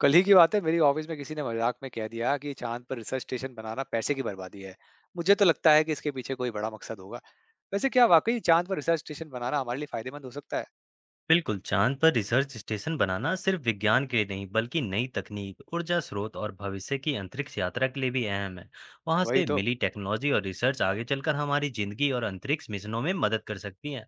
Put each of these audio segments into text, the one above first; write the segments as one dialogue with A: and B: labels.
A: कल ही की बात है, मेरी ऑफिस में किसी ने मजाक में कह दिया कि चांद पर रिसर्च स्टेशन बनाना पैसे की बर्बादी है। मुझे तो लगता है कि इसके पीछे कोई बड़ा मकसद होगा। वैसे क्या वाकई चांद पर रिसर्च स्टेशन बनाना हमारे लिए फायदेमंद हो सकता है?
B: बिल्कुल चांद पर रिसर्च स्टेशन बनाना सिर्फ विज्ञान के लिए नहीं बल्कि नई तकनीक, ऊर्जा स्रोत और भविष्य की अंतरिक्ष यात्रा के लिए भी अहम है। वहां
A: वही
B: से
A: तो।
B: मिली टेक्नोलॉजी और रिसर्च आगे चलकर हमारी जिंदगी और अंतरिक्ष मिशनों में मदद कर सकती है।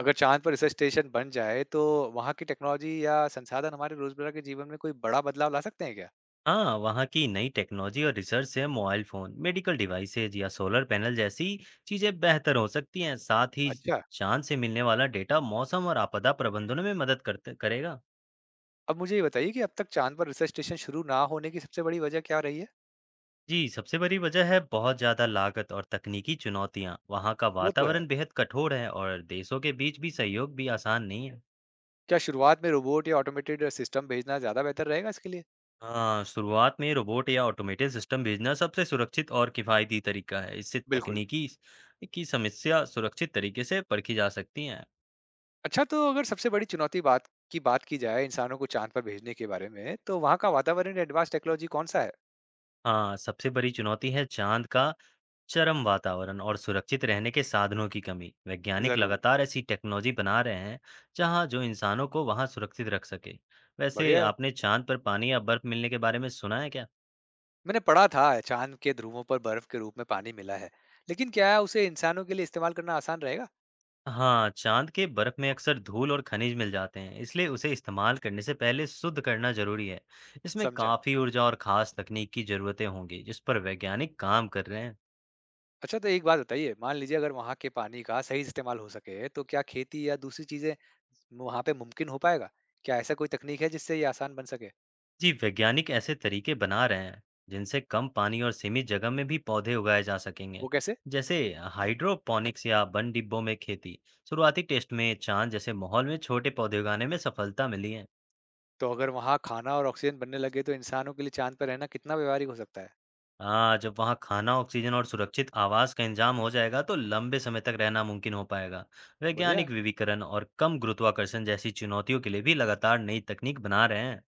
A: अगर चांद पर रिसर्च स्टेशन बन जाए, तो वहाँ की टेक्नोलॉजी या संसाधन हमारे रोजमर्रा के जीवन में कोई बड़ा बदलाव ला सकते हैं क्या?
B: हाँ, वहाँ की नई टेक्नोलॉजी और रिसर्च से मोबाइल फोन, मेडिकल डिवाइसेज या सोलर पैनल जैसी चीजें बेहतर हो सकती हैं। साथ ही
A: अच्छा।
B: चांद से मिलने वाला डेटा मौसम और आपदा प्रबंधन में मदद करते करेगा।
A: अब मुझे ये बताइए कि अब तक चांद पर रिसर्च स्टेशन शुरू ना होने की सबसे बड़ी वजह क्या रही है?
B: जी, सबसे बड़ी वजह है बहुत ज़्यादा लागत और तकनीकी चुनौतियाँ। वहाँ का
A: वो तो है।
B: वातावरण बेहद कठोर है और देशों के बीच भी सहयोग भी आसान नहीं है।
A: क्या शुरुआत में रोबोट या ऑटोमेटेड सिस्टम भेजना ज्यादा बेहतर रहेगा इसके लिए?
B: हाँ, शुरुआत में रोबोट या ऑटोमेटेड सिस्टम भेजना सबसे सुरक्षित और किफ़ायती तरीका है। इससे
A: बिल्कुल।
B: तकनीकी की समस्या सुरक्षित तरीके से परखी जा सकती है।
A: अच्छा, तो अगर सबसे बड़ी चुनौती बात की जाए इंसानों को चांद पर भेजने के बारे में, तो वहाँ का वातावरण या एडवांस टेक्नोलॉजी कौन सा है?
B: हाँ, सबसे बड़ी चुनौती है चाँद का चरम वातावरण और सुरक्षित रहने के साधनों की कमी। वैज्ञानिक
A: जरूर।
B: लगातार ऐसी टेक्नोलॉजी बना रहे हैं जहां जो इंसानों को वहां सुरक्षित रख सके। वैसे
A: बढ़िया है।
B: आपने चांद पर पानी या बर्फ मिलने के बारे में सुना है क्या?
A: मैंने पढ़ा था चांद के ध्रुवों पर बर्फ के रूप में पानी मिला है, लेकिन क्या उसे इंसानों के लिए इस्तेमाल करना आसान रहेगा?
B: हाँ, चांद के बर्फ में अक्सर धूल और खनिज मिल जाते हैं, इसलिए उसे इस्तेमाल करने से पहले शुद्ध करना जरूरी है। इसमें
A: समझा।
B: काफी ऊर्जा और खास तकनीक की जरूरतें होंगी, जिस पर वैज्ञानिक काम कर रहे हैं।
A: अच्छा, तो एक बात बताइए, मान लीजिए अगर वहाँ के पानी का सही इस्तेमाल हो सके, तो क्या खेती या दूसरी चीजें वहाँ पे मुमकिन हो पाएगा? क्या ऐसा कोई तकनीक है जिससे ये आसान बन सके?
B: जी, वैज्ञानिक ऐसे तरीके बना रहे हैं जिनसे कम पानी और सीमित जगह में भी पौधे उगाए जा सकेंगे।
A: वो कैसे?
B: जैसे हाइड्रोपोनिक्स या बंद डिब्बों में खेती। शुरुआती टेस्ट में चांद जैसे माहौल में छोटे पौधे उगाने में सफलता मिली है।
A: तो अगर वहाँ खाना और ऑक्सीजन बनने लगे, तो इंसानों के लिए चांद पर रहना कितना व्यवहारिक हो सकता है?
B: हाँ, जब वहाँ खाना, ऑक्सीजन और सुरक्षित आवास का इंतजाम हो जाएगा, तो लंबे समय तक रहना मुमकिन हो पाएगा।
A: बढ़िया
B: वैज्ञानिक
A: है।
B: विविकरण और कम गुरुत्वाकर्षण जैसी चुनौतियों के लिए भी लगातार नई तकनीक बना रहे हैं।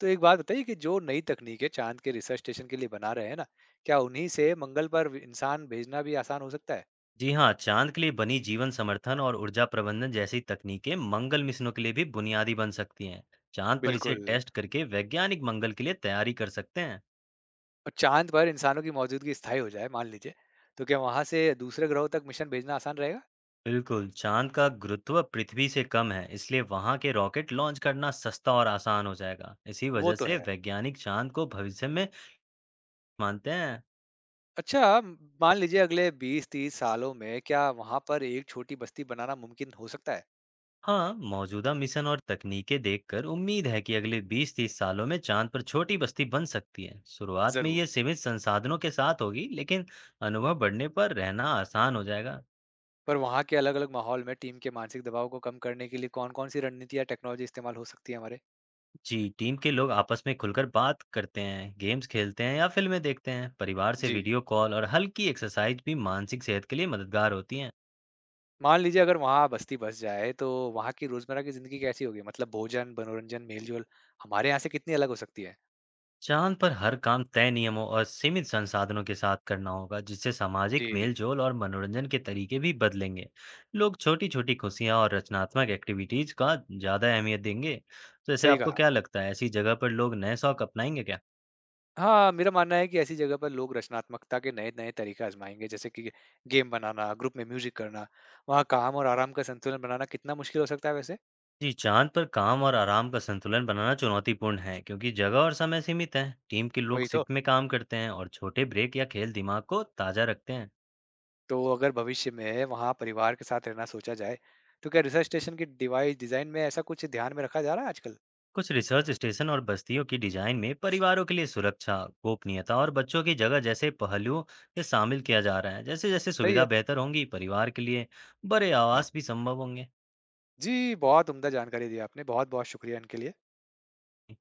A: तो एक बात बताइए कि जो नई तकनीकें चांद के रिसर्च स्टेशन के लिए बना रहे हैं ना, क्या उन्हीं से मंगल पर व इंसान भेजना भी आसान हो सकता है?
B: जी हाँ, चाँद के लिए बनी जीवन समर्थन और ऊर्जा प्रबंधन जैसी तकनीकें मंगल मिशनों के लिए भी बुनियादी बन सकती हैं। चाँद पर इसे
A: बिल्कुल।
B: टेस्ट करके वैज्ञानिक मंगल के लिए तैयारी कर सकते हैं।
A: और चांद पर इंसानों की मौजूदगी स्थायी हो जाए मान लीजिए, तो क्या वहाँ से दूसरे ग्रहों तक मिशन भेजना आसान रहेगा?
B: बिल्कुल, चाँद का गुरुत्व पृथ्वी से कम है, इसलिए वहाँ के रॉकेट लॉन्च करना सस्ता और आसान हो जाएगा। इसी
A: वो
B: वजह
A: तो
B: से
A: है।
B: वैज्ञानिक चाँद को भविष्य में मानते हैं।
A: अच्छा, म मान लीजिए अगले 20-30 सालों में क्या वहाँ पर एक छोटी बस्ती बनाना मुमकिन हो सकता है?
B: हाँ, मौजूदा मिशन और तकनीकें देखकर उम्मीद है कि अगले 20-30 सालों में चांद पर छोटी बस्ती बन सकती है। शुरुआत में ये
A: ज़रूर।
B: सीमित संसाधनों के साथ होगी, लेकिन अनुभव बढ़ने पर रहना आसान हो जाएगा।
A: पर वहाँ के अलग-अलग माहौल में टीम के मानसिक दबाव को कम करने के लिए कौन-कौन सी रणनीति या टेक्नोलॉजी इस्तेमाल हो सकती है हमारे?
B: जी, टीम के लोग आपस में खुलकर बात करते हैं, गेम्स खेलते हैं या फिल्में देखते हैं। परिवार से
A: जी।
B: वीडियो कॉल और हल्की एक्सरसाइज भी मानसिक सेहत के लिए मददगार होती है।
A: मान लीजिए अगर वहाँ बस्ती बस जाए, तो वहाँ की रोज़मर्रा की ज़िंदगी कैसी होगी? मतलब भोजन, मनोरंजन, मेल-जोल हमारे यहाँ से कितनी अलग हो सकती है?
B: चाँद पर हर काम तय नियमों और सीमित संसाधनों के साथ करना होगा, जिससे सामाजिक
A: जी,
B: मेलजोल और मनोरंजन के तरीके भी बदलेंगे। लोग छोटी-छोटी खुशियाँ और रचनात्मक एक्टिविटीज़ का ज़्यादा अहमियत देंगे। तो ऐसे
A: सही
B: आपको
A: कहा।
B: क्या लगता है, ऐसी जगह पर लोग नए शौक अपनाएंगे क्या?
A: हाँ, मेरा मानना है कि ऐसी जगह पर लोग रचनात्मकता के नए-नए तरीके आज़माएँगे, जैसे कि गेम बनाना, ग्रुप में म्यूज़िक करना। वहाँ काम और आराम का संतुलन बनाना कितना मुश्किल हो सकता है वैसे?
B: जी, चाँद पर काम और आराम का संतुलन बनाना चुनौतीपूर्ण है, क्योंकि जगह और समय सीमित है। टीम के लोग
A: वही तो।
B: शिफ्ट में काम करते हैं और छोटे ब्रेक या खेल दिमाग को ताज़ा रखते हैं।
A: तो अगर भविष्य में वहाँ परिवार के साथ रहना सोचा जाए, तो क्या रिसर्च स्टेशन की डिवाइस डिज़ाइन में ऐसा कुछ ध्यान में रखा जा रहा है आजकल?
B: कुछ रिसर्च स्टेशन और बस्तियों की डिजाइन में परिवारों के लिए सुरक्षा, गोपनीयता और बच्चों की जगह जैसे पहलुओं से शामिल किया जा रहा है। जैसे जैसे
A: सही
B: सुविधा
A: है।
B: बेहतर होंगी, परिवार के लिए बड़े आवास भी संभव होंगे।
A: जी, बहुत उम्दा जानकारी दी आपने। बहुत-बहुत शुक्रिया इनके लिए।